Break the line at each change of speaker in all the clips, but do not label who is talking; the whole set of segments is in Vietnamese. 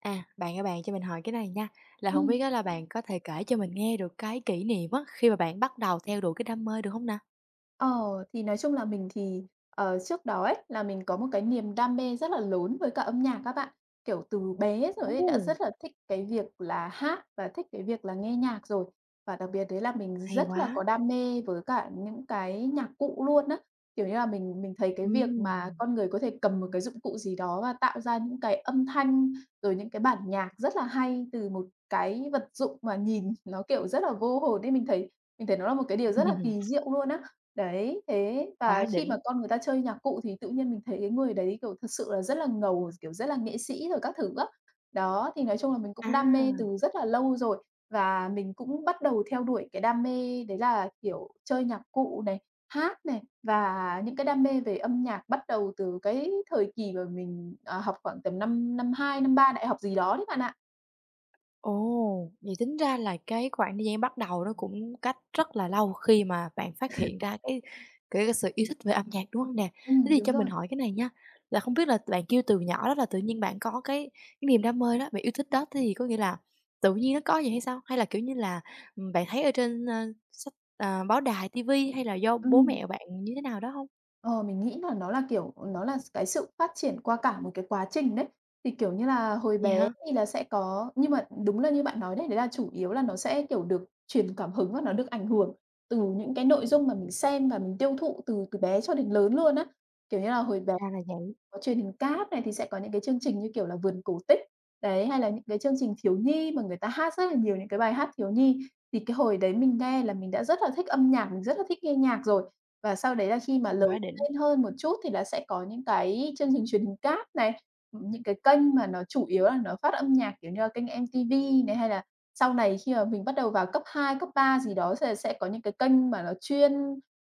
À, bạn ơi bạn cho mình hỏi cái này nha, là
Ừ.
không biết á là bạn có thể kể cho mình nghe được cái kỷ niệm á, khi mà bạn bắt đầu theo đuổi cái đam mê được không nè?
Ờ, thì nói chung là mình thì, trước đó ấy, là mình có một cái niềm đam mê rất là lớn với cả âm nhạc các bạn. Kiểu, từ bé rồi ấy, đã
Ồ!
rất là thích cái việc là hát và thích cái việc là nghe nhạc rồi. Và đặc biệt đấy là mình
Hay
rất là
quá!
có đam mê với cả những cái nhạc cụ luôn á. Kiểu như là, mình thấy cái việc mà
Ừm.
con người có thể cầm một cái dụng cụ gì đó và tạo ra những cái âm thanh, rồi những cái bản nhạc rất là hay từ một cái vật dụng mà nhìn nó, kiểu, rất là vô hồn ấy, mình thấy nó là một cái điều rất là kỳ diệu luôn á. Đấy, thế và
Quá
khi mà
đỉnh!
con người ta chơi nhạc cụ thì tự nhiên mình thấy cái người đấy, kiểu, thật sự là rất là ngầu, kiểu, rất là nghệ sĩ rồi các thứ á. Đó, thì nói chung là mình cũng đam mê
À!
từ rất là lâu rồi, và mình cũng bắt đầu theo đuổi cái đam mê đấy là, kiểu, chơi nhạc cụ này, hát này và những cái đam mê về âm nhạc bắt đầu từ cái thời kỳ mà mình, học khoảng tầm năm năm 2 năm 3 đại học gì đó đấy bạn ạ.
Ồ, vậy tính ra là cái khoảng thời gian bắt đầu nó cũng cách rất là lâu khi mà bạn phát hiện ra cái sự yêu thích về âm nhạc, đúng không nè? Thế thì
Đúng
cho mình
rồi.
hỏi cái này nha, là không biết là bạn kêu từ nhỏ đó là tự nhiên bạn có cái niềm đam mê đó, bạn yêu thích đó, thế thì có nghĩa là tự nhiên nó có vậy hay sao? Hay là, kiểu như là, bạn thấy ở trên, sách à, báo đài, ti vi hay là do bố
Ừm.
mẹ bạn như thế nào đó không?
Ờ, mình nghĩ là nó là, kiểu, nó là cái sự phát triển qua cả một cái quá trình đấy. Thì, kiểu như là, hồi
Vậy
bé
hả?
thì là sẽ có, nhưng mà đúng là như bạn nói đấy, đấy là chủ yếu là nó sẽ, kiểu, được truyền cảm hứng và nó được ảnh hưởng từ những cái nội dung mà mình xem và mình tiêu thụ từ từ bé cho đến lớn luôn á. Kiểu như là, hồi bé
Ra là vậy,
có truyền hình cáp này thì sẽ có những cái chương trình như kiểu là Vườn Cổ Tích, đấy, hay là những cái chương trình thiếu nhi mà người ta hát rất là nhiều những cái bài hát thiếu nhi. Thì cái hồi đấy mình nghe là mình đã rất là thích âm nhạc, mình rất là thích nghe nhạc rồi. Và sau đấy là khi mà lớn
quá đỉnh,
lên hơn một chút thì là sẽ có những cái chương trình truyền hình cáp này, những cái kênh mà nó chủ yếu là nó phát âm nhạc, kiểu như là, kênh MTV này, hay là sau này khi mà mình bắt đầu vào cấp 2 cấp 3 gì đó, sẽ có những cái kênh mà nó chuyên,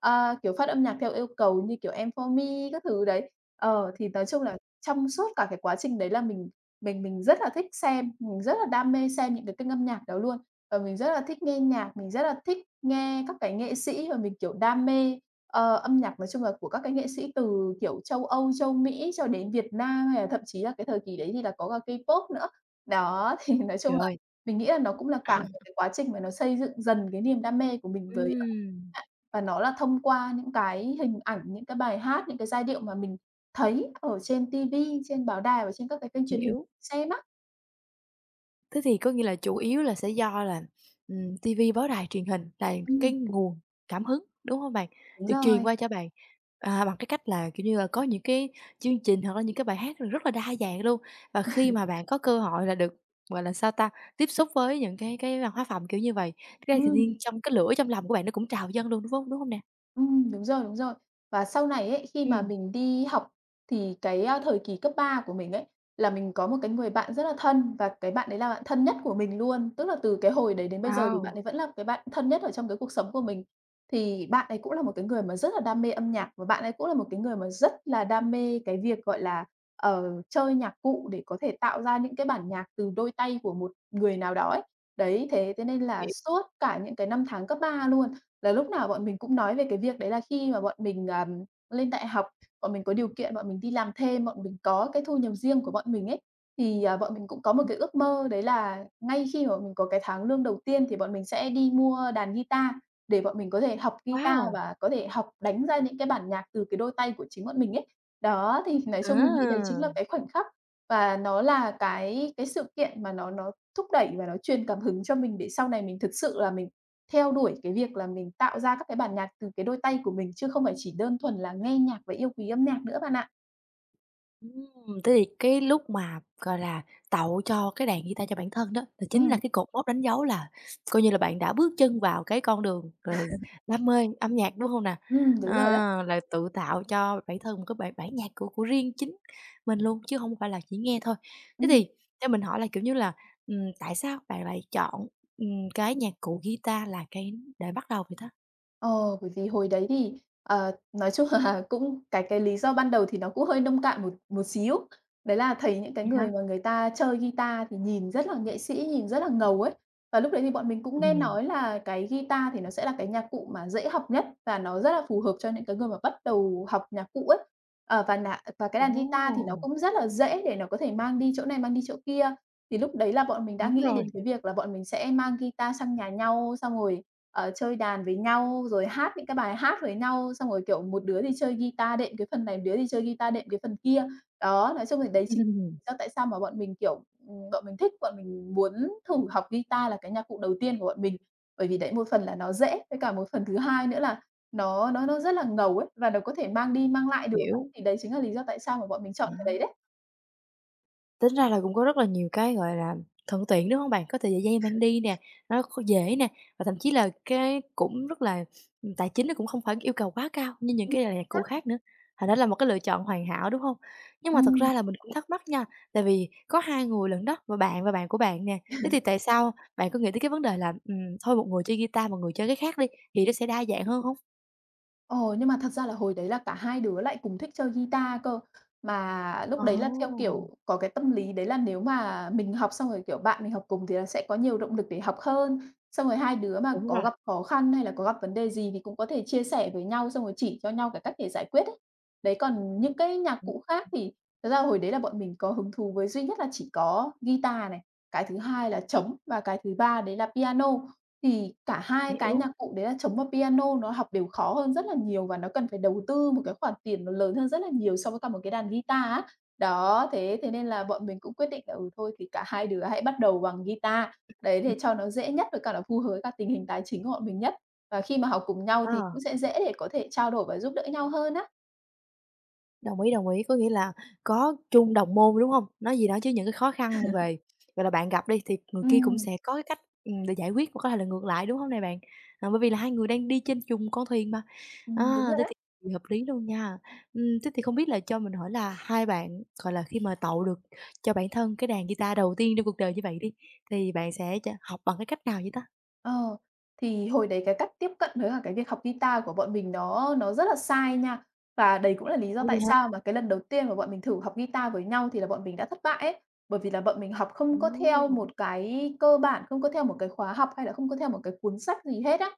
Kiểu, phát âm nhạc theo yêu cầu như kiểu "Em For Me" các thứ đấy. Thì nói chung là trong suốt cả cái quá trình đấy là mình rất là thích xem, mình rất là đam mê xem những cái kênh âm nhạc đó luôn. Và mình rất là thích nghe nhạc, mình rất là thích nghe các cái nghệ sĩ, và mình, kiểu, đam mê, âm nhạc nói chung là của các cái nghệ sĩ từ, kiểu, châu Âu, châu Mỹ cho đến Việt Nam, hay là thậm chí là cái thời kỳ đấy thì là có cả K-pop nữa. Đó, thì nói chung
trời
là
ơi!
mình nghĩ là nó cũng là cả một cái quá trình mà nó xây dựng dần cái niềm đam mê của mình với âm,
Ừm,
và nó là thông qua những cái hình ảnh, những cái bài hát, những cái giai điệu mà mình thấy ở trên ti vi, trên báo đài và trên các cái kênh truyền hình
hiểu.
xem á.
Thế thì có nghĩa là chủ yếu là sẽ do là, ti vi, báo đài, truyền hình là cái
Ừm,
nguồn cảm hứng, đúng hông bạn?
đúng
Được truyền
rồi,
qua cho bạn, à, bằng cái cách là, kiểu như là, có những cái chương trình hoặc là những cái bài hát rất là đa dạng luôn. Và khi mà bạn có cơ hội là được, gọi là, sao ta, tiếp xúc với những cái văn hóa phẩm kiểu như vậy, cái tự nhiên
ừm.
trong cái lửa trong lòng của bạn nó cũng trào dâng luôn, đúng hông? Đúng hông nè?
Đúng rồi, đúng rồi. Và sau này ấy, khi mà
Ừm.
mình đi học thì cái, thời kỳ cấp 3 của mình ấy, là mình có một cái người bạn rất là thân, và cái bạn đấy là bạn thân nhất của mình luôn. Tức là từ cái hồi đấy đến bây giờ thì bạn
Wow!
ấy vẫn là cái bạn thân nhất ở trong cái cuộc sống của mình. Thì bạn ấy cũng là một cái người mà rất là đam mê âm nhạc, và bạn ấy cũng là một cái người mà rất là đam mê cái việc, gọi là, chơi nhạc cụ để có thể tạo ra những cái bản nhạc từ đôi tay của một người nào đó ấy. Đấy, thế thế nên là
Hiểu
suốt cả những cái năm tháng cấp 3 luôn là lúc nào bọn mình cũng nói về cái việc đấy, là khi mà bọn mình, lên đại học, bọn mình có điều kiện, bọn mình đi làm thêm, bọn mình có cái thu nhập riêng của bọn mình ấy, thì, bọn mình cũng có một cái ước mơ đấy là ngay khi mà bọn mình có cái tháng lương đầu tiên thì bọn mình sẽ đi mua đàn guitar, để bọn mình có thể học guitar
quá!
và có thể học đánh ra những cái bản nhạc từ cái đôi tay của chính bọn mình ấy. Đó, thì nói
Ờ.
chung mình nghĩ đấy chính là cái khoảnh khắc, và nó là cái sự kiện mà nó thúc đẩy và nó truyền cảm hứng cho mình để sau này mình thực sự là mình theo đuổi cái việc là mình tạo ra các cái bản nhạc từ cái đôi tay của mình, chứ không phải chỉ đơn thuần là nghe nhạc và yêu quý âm nhạc nữa bạn ạ.
Thế thì cái lúc mà, gọi là, tạo cho cái đàn guitar cho bản thân đó, là chính là
Ừm,
cái cột mốc đánh dấu là coi như là bạn đã bước chân vào cái con đường, gọi là, đam mê âm nhạc, đúng không nè?
đúng
Ờ,
rồi đó.
là tự tạo cho bản thân một cái bản bản nhạc của riêng chính mình luôn, chứ không phải là chỉ nghe thôi. Thế
Ừm.
thì cho mình hỏi là, kiểu như là, tại sao bạn lại chọn, ừm, cái nhạc cụ guitar là cái để bắt đầu vậy ta?
Ờ, bởi vì hồi đấy thì, nói chung là cũng cái lý do ban đầu thì nó cũng hơi nông cạn một một xíu. Đấy là thấy những cái
Vậy
người
hả?
mà người ta chơi guitar thì nhìn rất là nghệ sĩ, nhìn rất là ngầu ấy. Và lúc đấy thì bọn mình cũng nghe
Ừm.
nói là cái guitar thì nó sẽ là cái nhạc cụ mà dễ học nhất, và nó rất là phù hợp cho những cái người mà bắt đầu học nhạc cụ ấy. Và cái
Ồ!
đàn guitar thì nó cũng rất là dễ để nó có thể mang đi chỗ này, mang đi chỗ kia. Thì lúc đấy là bọn mình đã
Đúng
nghĩ đến
rồi.
cái việc là bọn mình sẽ mang guitar sang nhà nhau, xong rồi, chơi đàn với nhau, rồi hát những cái bài hát với nhau, xong rồi, kiểu, một đứa thì chơi guitar đệm cái phần này, đứa thì chơi guitar đệm cái phần kia. Đó, nói chung là đấy chính lý do tại sao mà bọn mình, kiểu, bọn mình thích, bọn mình muốn thử học guitar là cái nhạc cụ đầu tiên của bọn mình. Bởi vì đấy một phần là nó dễ, với cả một phần thứ hai nữa là nó rất là ngầu ấy, và nó có thể mang đi mang lại được á,
Hiểu.
thì đấy chính là lý do tại sao mà bọn mình chọn cái đấy
À.
đấy.
Tính ra là cũng có rất là nhiều cái, gọi là, thuận tiện, đúng không bạn? Có thể dễ dàng mang đi nè, nó dễ nè, và thậm chí là cái cũng rất là tài chính nó cũng không phải yêu cầu quá cao như những
Ừm,
cái loại nhạc cụ
xác.
khác nữa, thành ra là một cái lựa chọn hoàn hảo, đúng không? Nhưng mà thật
Ừm.
ra là mình cũng thắc mắc nha, tại vì có 2 người lận đó, và bạn của bạn nè, thế thì tại sao bạn có nghĩ tới cái vấn đề là, thôi một người chơi guitar, một người chơi cái khác đi, thì nó sẽ đa dạng hơn không?
Ờ, nhưng mà thật ra là hồi đấy là cả hai đứa lại cùng thích chơi guitar cơ. Mà lúc đấy là theo
Ồ,
kiểu có cái tâm lý đấy là nếu mà mình học xong rồi, kiểu, bạn mình học cùng thì là sẽ có nhiều động lực để học hơn. Xong rồi hai đứa mà
đúng
có
rồi,
gặp khó khăn hay là có gặp vấn đề gì thì cũng có thể chia sẻ với nhau, xong rồi chỉ cho nhau cái cách để giải quyết ấy. Đấy, còn những cái nhạc cụ khác thì thật ra hồi đấy là bọn mình có hứng thú với duy nhất là chỉ có guitar này, cái thứ hai là trống, và cái thứ ba đấy là piano. Thì cả hai cái
hiểu,
nhạc cụ đấy là trống và piano nó học đều khó hơn rất là nhiều, và nó cần phải đầu tư một cái khoản tiền nó lớn hơn rất là nhiều so với cả một cái đàn guitar á. Đó, thế thế nên là bọn mình cũng quyết định là, ừ, thôi thì cả hai đứa hãy bắt đầu bằng guitar, đấy,
ừm,
để cho nó dễ nhất, với cả nó phù hợp với cả tình hình tài chính của bọn mình nhất. Và khi mà học cùng nhau
ờ.
thì cũng sẽ dễ để có thể trao đổi và giúp đỡ nhau hơn á.
Đồng ý, có nghĩa là có chung đồng môn, đúng hông? Nói gì nói chứ những cái khó khăn về, gọi là, bạn gặp đi, thì người kia cũng
Ừm,
sẽ có cái cách, để giải quyết, hoặc có thể là ngược lại, đúng hông nè bạn? À, bởi vì là hai người đang đi trên chung con thuyền mà. À,
đúng rồi.
thế thì hợp lý luôn nha. Thế thì không biết là cho mình hỏi là hai bạn, gọi là, khi mà tậu được cho bản thân cái đàn guitar đầu tiên trong cuộc đời như vậy đi, thì bạn sẽ học bằng cái cách nào vậy ta?
Ờ, thì hồi đấy cái cách tiếp cận với cả cái việc học guitar của bọn mình nó rất là sai nha. Và đấy cũng là lý do
Ủa, vậy
tại
hả?
sao mà cái lần đầu tiên mà bọn mình thử học guitar với nhau thì là bọn mình đã thất bại ấy. Bởi vì là bọn mình học không có theo
À,
một cái cơ bản, không có theo một cái khóa học hay là không có theo một cái cuốn sách gì hết á.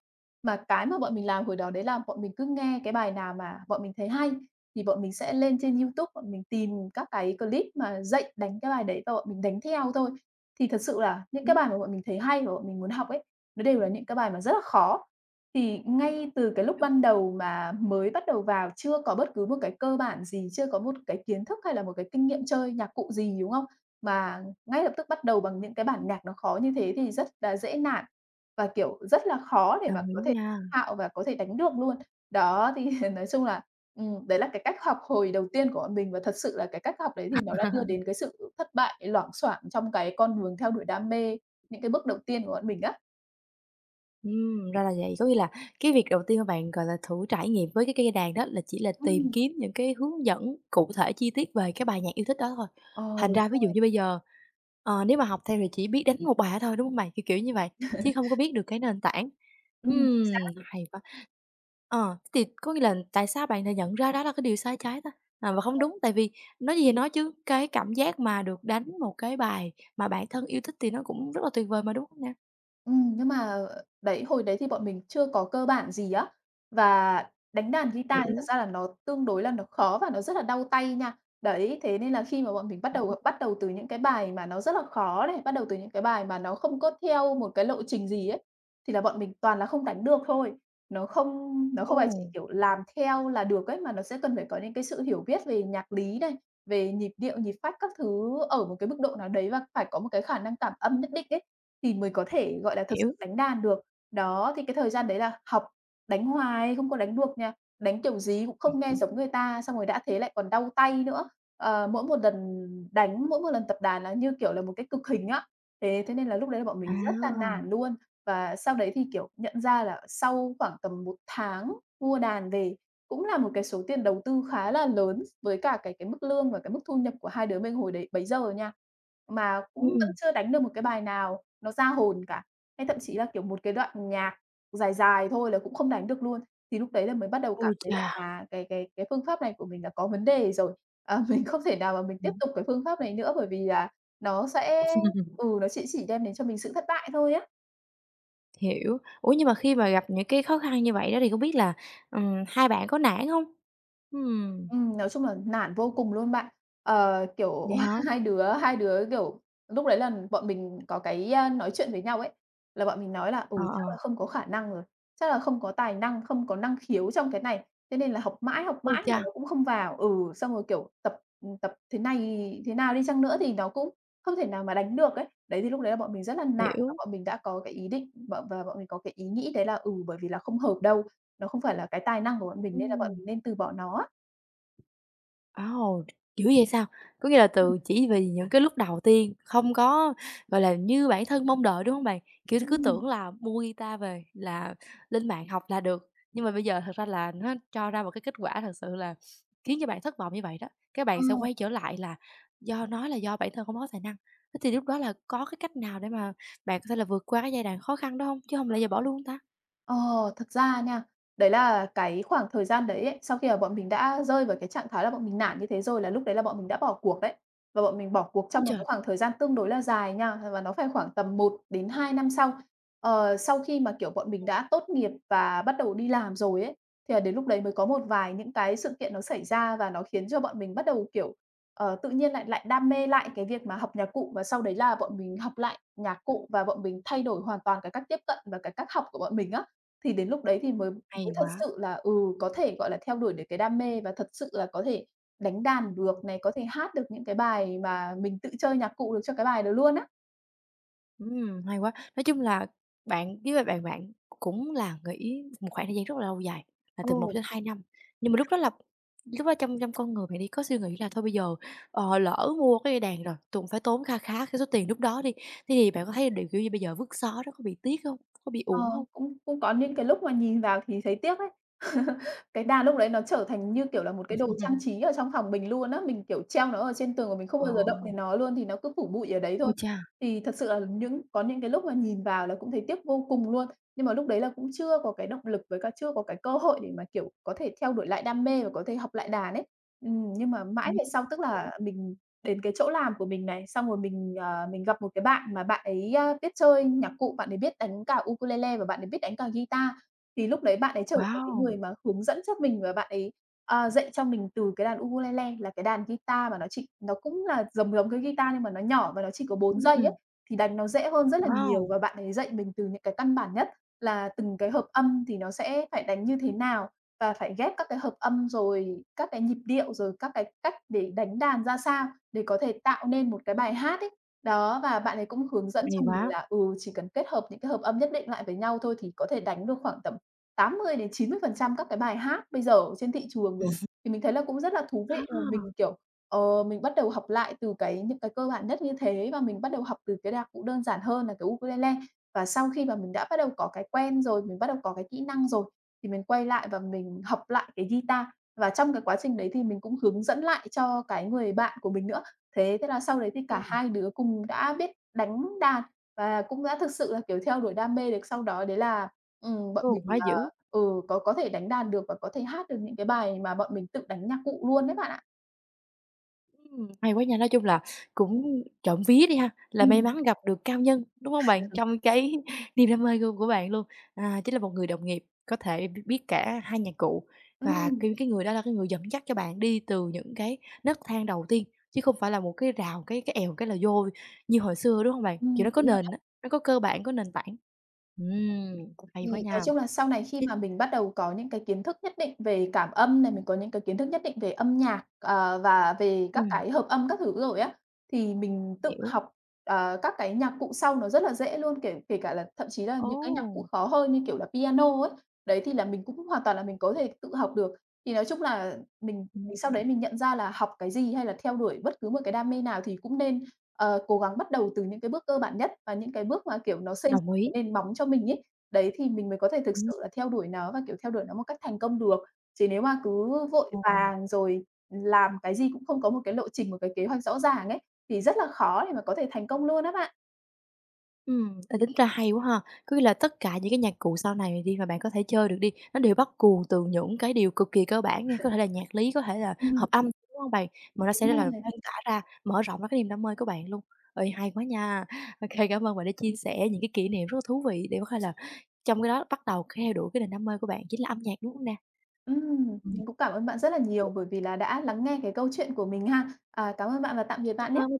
Mà cái mà bọn mình làm hồi đó đấy là bọn mình cứ nghe cái bài nào mà bọn mình thấy hay thì bọn mình sẽ lên trên YouTube, bọn mình tìm các cái clip mà dạy đánh cái bài đấy và bọn mình đánh theo thôi. Thì thật sự là những cái
ừm,
bài mà bọn mình thấy hay và bọn mình muốn học ấy nó đều là những cái bài mà rất là khó. Thì ngay từ cái lúc
hiểu,
ban đầu mà mới bắt đầu vào, chưa có bất cứ một cái cơ bản gì, chưa có một cái kiến thức hay là một cái kinh nghiệm chơi nhạc cụ gì, đúng không? Mà ngay lập tức bắt đầu bằng những cái bản nhạc nó khó như thế thì rất là dễ nản và, kiểu, rất là khó để mà
đồng ý
có thể
nha.
thạo và có thể đánh được luôn. Đó, thì nói chung là, đấy là cái cách học hồi đầu tiên của bọn mình và thật sự là cái cách học đấy thì nó đã đưa đến cái sự thất bại loảng xoảng trong cái con đường theo đuổi đam mê, những cái bước đầu tiên của bọn mình á.
Ra là vậy. Có nghĩa là cái việc đầu tiên mà bạn, gọi là, thử trải nghiệm với cái cây cây đàn đó là chỉ là
Ừm,
tìm kiếm những cái hướng dẫn cụ thể chi tiết về cái bài nhạc yêu thích đó thôi.
ờ,
Thành
đúng
ra ví dụ
rồi.
như bây giờ, nếu mà học theo thì chỉ biết đánh một bài đó thôi, đúng không mày? Kiểu như vậy, chứ không có biết được cái nền tảng.
Ừm,
Ừm, hay quá. Ờ, thì có nghĩa là tại sao bạn lại nhận ra đó là cái điều sai trái ta? À, và không đúng, tại vì nói gì thì nói chứ cái cảm giác mà được đánh một cái bài mà bản thân yêu thích thì nó cũng rất là tuyệt vời mà, đúng không nè?
Nhưng mà đấy, hồi đấy thì bọn mình chưa có cơ bản gì á, và đánh đàn guitar thì thật
Hiểu.
ra là nó tương đối là nó khó và nó rất là đau tay nha. Đấy, thế nên là khi mà bọn mình bắt đầu từ những cái bài mà nó rất là khó này, bắt đầu từ những cái bài mà nó không có theo một cái lộ trình gì ấy, thì là bọn mình toàn là không đánh được thôi. Nó không nó
Ồ.
không phải chỉ, kiểu, làm theo là được ấy, mà nó sẽ cần phải có những cái sự hiểu biết về nhạc lý này, về nhịp điệu, nhịp phách các thứ ở một cái mức độ nào đấy và phải có một cái khả năng cảm âm nhất định ấy. Thì mới có thể, gọi là, thực sự
Hiểu.
đánh đàn được. Đó, thì cái thời gian đấy là học, đánh hoài không có đánh được nha, đánh kiểu gì cũng không nghe
Ừm.
giống người ta, xong rồi đã thế lại còn đau tay nữa. Mỗi một lần đánh, mỗi một lần tập đàn là như kiểu là một cái cực hình á. Thế thế nên là lúc đấy là bọn mình rất là
À!
nản luôn. Và sau đấy thì, kiểu, nhận ra là sau khoảng tầm một tháng mua đàn về, cũng là một cái số tiền đầu tư khá là lớn với cả cái mức lương và cái mức thu nhập của hai đứa mình hồi đấy bấy giờ nha, mà cũng
Ừm,
vẫn
ừm.
chưa đánh được một cái bài nào. Nó ra hồn cả, hay thậm chí là, kiểu, một cái đoạn nhạc dài dài thôi là cũng không đánh được luôn. Thì lúc đấy là mới bắt đầu
Ôi
cảm thấy là,
chà!
à, cái phương pháp này của mình là có vấn đề rồi, à, mình không thể nào mà mình tiếp
Ừm.
tục cái phương pháp này nữa bởi vì là nó sẽ ừ, nó chỉ đem đến cho mình sự thất bại thôi á.
Hiểu. Ủa, nhưng mà khi mà gặp những cái khó khăn như vậy đó thì không biết là, hai bạn có nản hông? Ừm,
Nói chung là nản vô cùng luôn bạn.
vậy
Kiểu,
hả?
hai đứa, kiểu, lúc đấy là bọn mình có cái, nói chuyện với nhau ấy, là bọn mình nói là "Ừ,
Ờ,
chắc
ờ.
là không có khả năng rồi, chắc là không có tài năng, không có năng khiếu trong cái này, thế nên là học
Ôi
mãi
cha!
mà nó cũng không vào." Ừ, xong rồi, kiểu, tập thế này thế nào đi chăng nữa thì nó cũng không thể nào mà đánh được ấy. Đấy, thì lúc đấy là bọn mình rất là nản và
Hiểu.
bọn mình đã có cái ý định bọn mình có cái ý nghĩ đấy là, ừ, bởi vì là không hợp đâu, nó không phải là cái tài năng của bọn mình nên là bọn
Ừm.
mình nên từ bỏ nó á.
Ồ, dữ vậy sao? Có nghĩa là từ chỉ vì những cái lúc đầu tiên không có, gọi là, như bản thân mong đợi, đúng không bạn? Kiểu, cứ
Ừm,
tưởng là mua guitar về là lên mạng học là được, nhưng mà bây giờ thật ra là nó cho ra một cái kết quả thật sự là khiến cho bạn thất vọng như vậy đó, các
ờ.
bạn sẽ quay trở lại là do nói là do bản thân không có tài năng. Thế thì lúc đó là có cái cách nào để mà bạn có thể là vượt qua cái giai đoạn khó khăn đó không? Chứ không lẽ giờ bỏ luôn ta?
Ờ, Thật ra nha, đấy là cái khoảng thời gian đấy ấy, sau khi mà bọn mình đã rơi vào cái trạng thái là bọn mình nản như thế rồi là lúc đấy là bọn mình đã bỏ cuộc đấy. Và bọn mình bỏ cuộc
Ôi
trong một
trời!
cái khoảng thời gian tương đối là dài nha, và nó phải khoảng tầm 1 đến 2 năm sau. Sau khi mà, kiểu, bọn mình đã tốt nghiệp và bắt đầu đi làm rồi ấy, thì là đến lúc đấy mới có một vài những cái sự kiện nó xảy ra và nó khiến cho bọn mình bắt đầu, kiểu, tự nhiên lại lại đam mê lại cái việc mà học nhạc cụ và sau đấy là bọn mình học lại nhạc
Ừm.
cụ và bọn mình thay đổi hoàn toàn cái cách tiếp cận và cái cách học của bọn mình á. Thì đến lúc đấy thì mới
Hay
mới thật
quá!
sự là, ừ, có thể, gọi là, theo đuổi được cái đam mê và thật sự là có thể đánh đàn được này, có thể hát được những cái bài mà mình tự chơi nhạc cụ được cho cái bài đó luôn á.
Hay quá. Nói chung là bạn với lại bạn bạn cũng là nghỉ một khoảng thời gian rất là lâu dài, là từ 1
Ồ.
đến 2 năm. Nhưng mà lúc đó trong trong con người bạn đi có suy nghĩ là thôi bây giờ, lỡ mua cái dây đàn rồi, tùng phải tốn kha khá cái số tiền lúc đó đi, thế thì bạn có thấy, điều kiểu như, bây giờ vứt xó đó có bị tiếc không? Có bị
Ờ,
uổng không?
cũng cũng có những cái lúc mà nhìn vào thì thấy tiếc ấy. Cái đàn lúc đấy nó trở thành như kiểu là một cái đồ trang trí ở trong phòng mình luôn á, mình, kiểu, treo nó ở trên tường và mình không
Ờ,
bao giờ động đến nó luôn, thì nó cứ phủ bụi ở đấy
ôi
thôi.
cha!
Thì thật sự là những có những cái lúc mà nhìn vào là cũng thấy tiếc vô cùng luôn, nhưng mà lúc đấy là cũng chưa có cái động lực với cả chưa có cái cơ hội để mà, kiểu, có thể theo đuổi lại đam mê và có thể học lại đàn ấy. Nhưng mà mãi
Ừm.
về sau, tức là mình đến cái chỗ làm của mình này, xong rồi mình, mình gặp một cái bạn mà bạn ấy, biết chơi nhạc cụ, bạn ấy biết đánh cả ukulele và bạn ấy biết đánh cả guitar. Thì lúc đấy bạn ấy trở thành cái
Wow!
người mà hướng dẫn cho mình và bạn ấy, dạy cho mình từ cái đàn ukulele là cái đàn guitar mà nó cũng là giống giống cái guitar nhưng mà nó nhỏ và nó chỉ có bốn
Ừm,
giây
ừm.
ấy, thì đánh nó dễ hơn rất là nhiều
Wow!
và bạn ấy dạy mình từ những cái căn bản nhất là từng cái hợp âm thì nó sẽ phải đánh như thế nào và phải ghép các cái hợp âm, rồi các cái nhịp điệu, rồi các cái cách để đánh đàn ra sao để có thể tạo nên một cái
Ừm,
bài hát ấy. Đó, và bạn ấy cũng hướng dẫn
hay
cho mình
quá.
là, ừ, chỉ cần kết hợp những cái hợp âm nhất định lại với nhau thôi thì có thể đánh được khoảng tầm tám mươi mươi đến chín mươi phần trăm các cái bài hát bây giờ ở trên thị trường rồi, thì mình thấy là cũng rất là thú
À! À!
vị và mình, kiểu, mình bắt đầu học lại từ cái những cái cơ bản nhất như thế và mình bắt đầu học từ cái nhạc cụ đơn giản hơn là cái ukulele. Và sau khi mà mình đã bắt đầu có cái quen rồi, mình bắt đầu có cái kỹ năng rồi, thì mình quay lại và mình học lại cái guitar. Và trong cái quá trình đấy thì mình cũng hướng dẫn lại cho cái người bạn của mình nữa. Thế thế là sau đấy thì cả
Ừm,
hai đứa cùng đã biết đánh đàn và cũng đã thực sự là, kiểu, theo đuổi đam mê được. Sau đó đấy là, bọn mình,
quá dữ.
Ừ, có thể đánh đàn được và có thể hát được những cái bài mà bọn mình tự đánh nhạc cụ luôn đấy bạn ạ.
Hay quá nha, nói chung là cũng trộm vía đi ha, là may
Ừm.
mắn gặp được cao nhân, đúng hông bạn? Trong cái niềm đam mê của bạn luôn, à, chính là một người đồng nghiệp có thể biết biết cả hai nhạc cụ và
Ừm.
cái người đó là cái người dẫn dắt cho bạn đi từ những cái nấc thang đầu tiên, chứ không phải là một cái rào, cái èo cái là vô như hồi xưa, đúng hông bạn? Kiểu,
Ừm.
nó có
Đúng
nền
rồi.
á, nó có cơ bản, có nền tảng. Cũng hay
Thì
quá
nói
nha.
chung là sau này khi
Thế
mà mình bắt đầu có những cái kiến thức nhất định về cảm âm này, mình có những cái kiến thức nhất định về âm nhạc, và về các
Ừm,
cái hợp âm các thứ rồi á, thì mình tự
hiểu.
học, các cái nhạc cụ sau nó rất là dễ luôn, kể kể cả là thậm chí là những cái nhạc
Ồ!
cụ khó hơn như kiểu là piano ấy. Đấy, thì là mình cũng hoàn toàn là mình có thể tự học được. Thì nói chung là mình
Ừm,
mình sau đấy mình nhận ra là học cái gì hay là theo đuổi bất cứ một cái đam mê nào thì cũng nên, cố gắng bắt đầu từ những cái bước cơ bản nhất và những cái bước mà, kiểu, nó xây
đồng
dựng
ý.
cái nền móng cho mình ấy. Đấy, thì mình mới có thể thực
Ừm,
sự là theo đuổi nó và, kiểu, theo đuổi nó một cách thành công được. Chứ nếu mà cứ vội
ồ.
vàng rồi làm cái gì cũng không có một cái lộ trình, một cái kế hoạch rõ ràng ấy, thì rất là khó để mà có thể thành công luôn á bạn.
À, tính ra hay quá ha. Có nghĩa là tất cả những cái nhạc cụ sau này đi mà bạn có thể chơi được đi, nó đều bắt nguồn từ những cái điều cực kỳ cơ bản nha, có thể là nhạc lý, có thể là hợp
Ừm,
âm, đúng hông bạn? Mà nó sẽ
Đúng
là
rồi.
lan
rồi.
tỏa ra, mở rộng ra cái niềm đam mê của bạn luôn. Ơi hay quá nha. OK, cảm ơn bạn đã chia sẻ những cái kỷ niệm rất là thú vị để có thể là trong cái đó bắt đầu theo đuổi cái niềm đam mê của bạn chính là âm nhạc, đúng không nè?
Mình cũng cảm ơn bạn rất là nhiều bởi vì là đã lắng nghe cái câu chuyện của mình ha. À, cảm ơn bạn và tạm biệt bạn nhé
Ừm.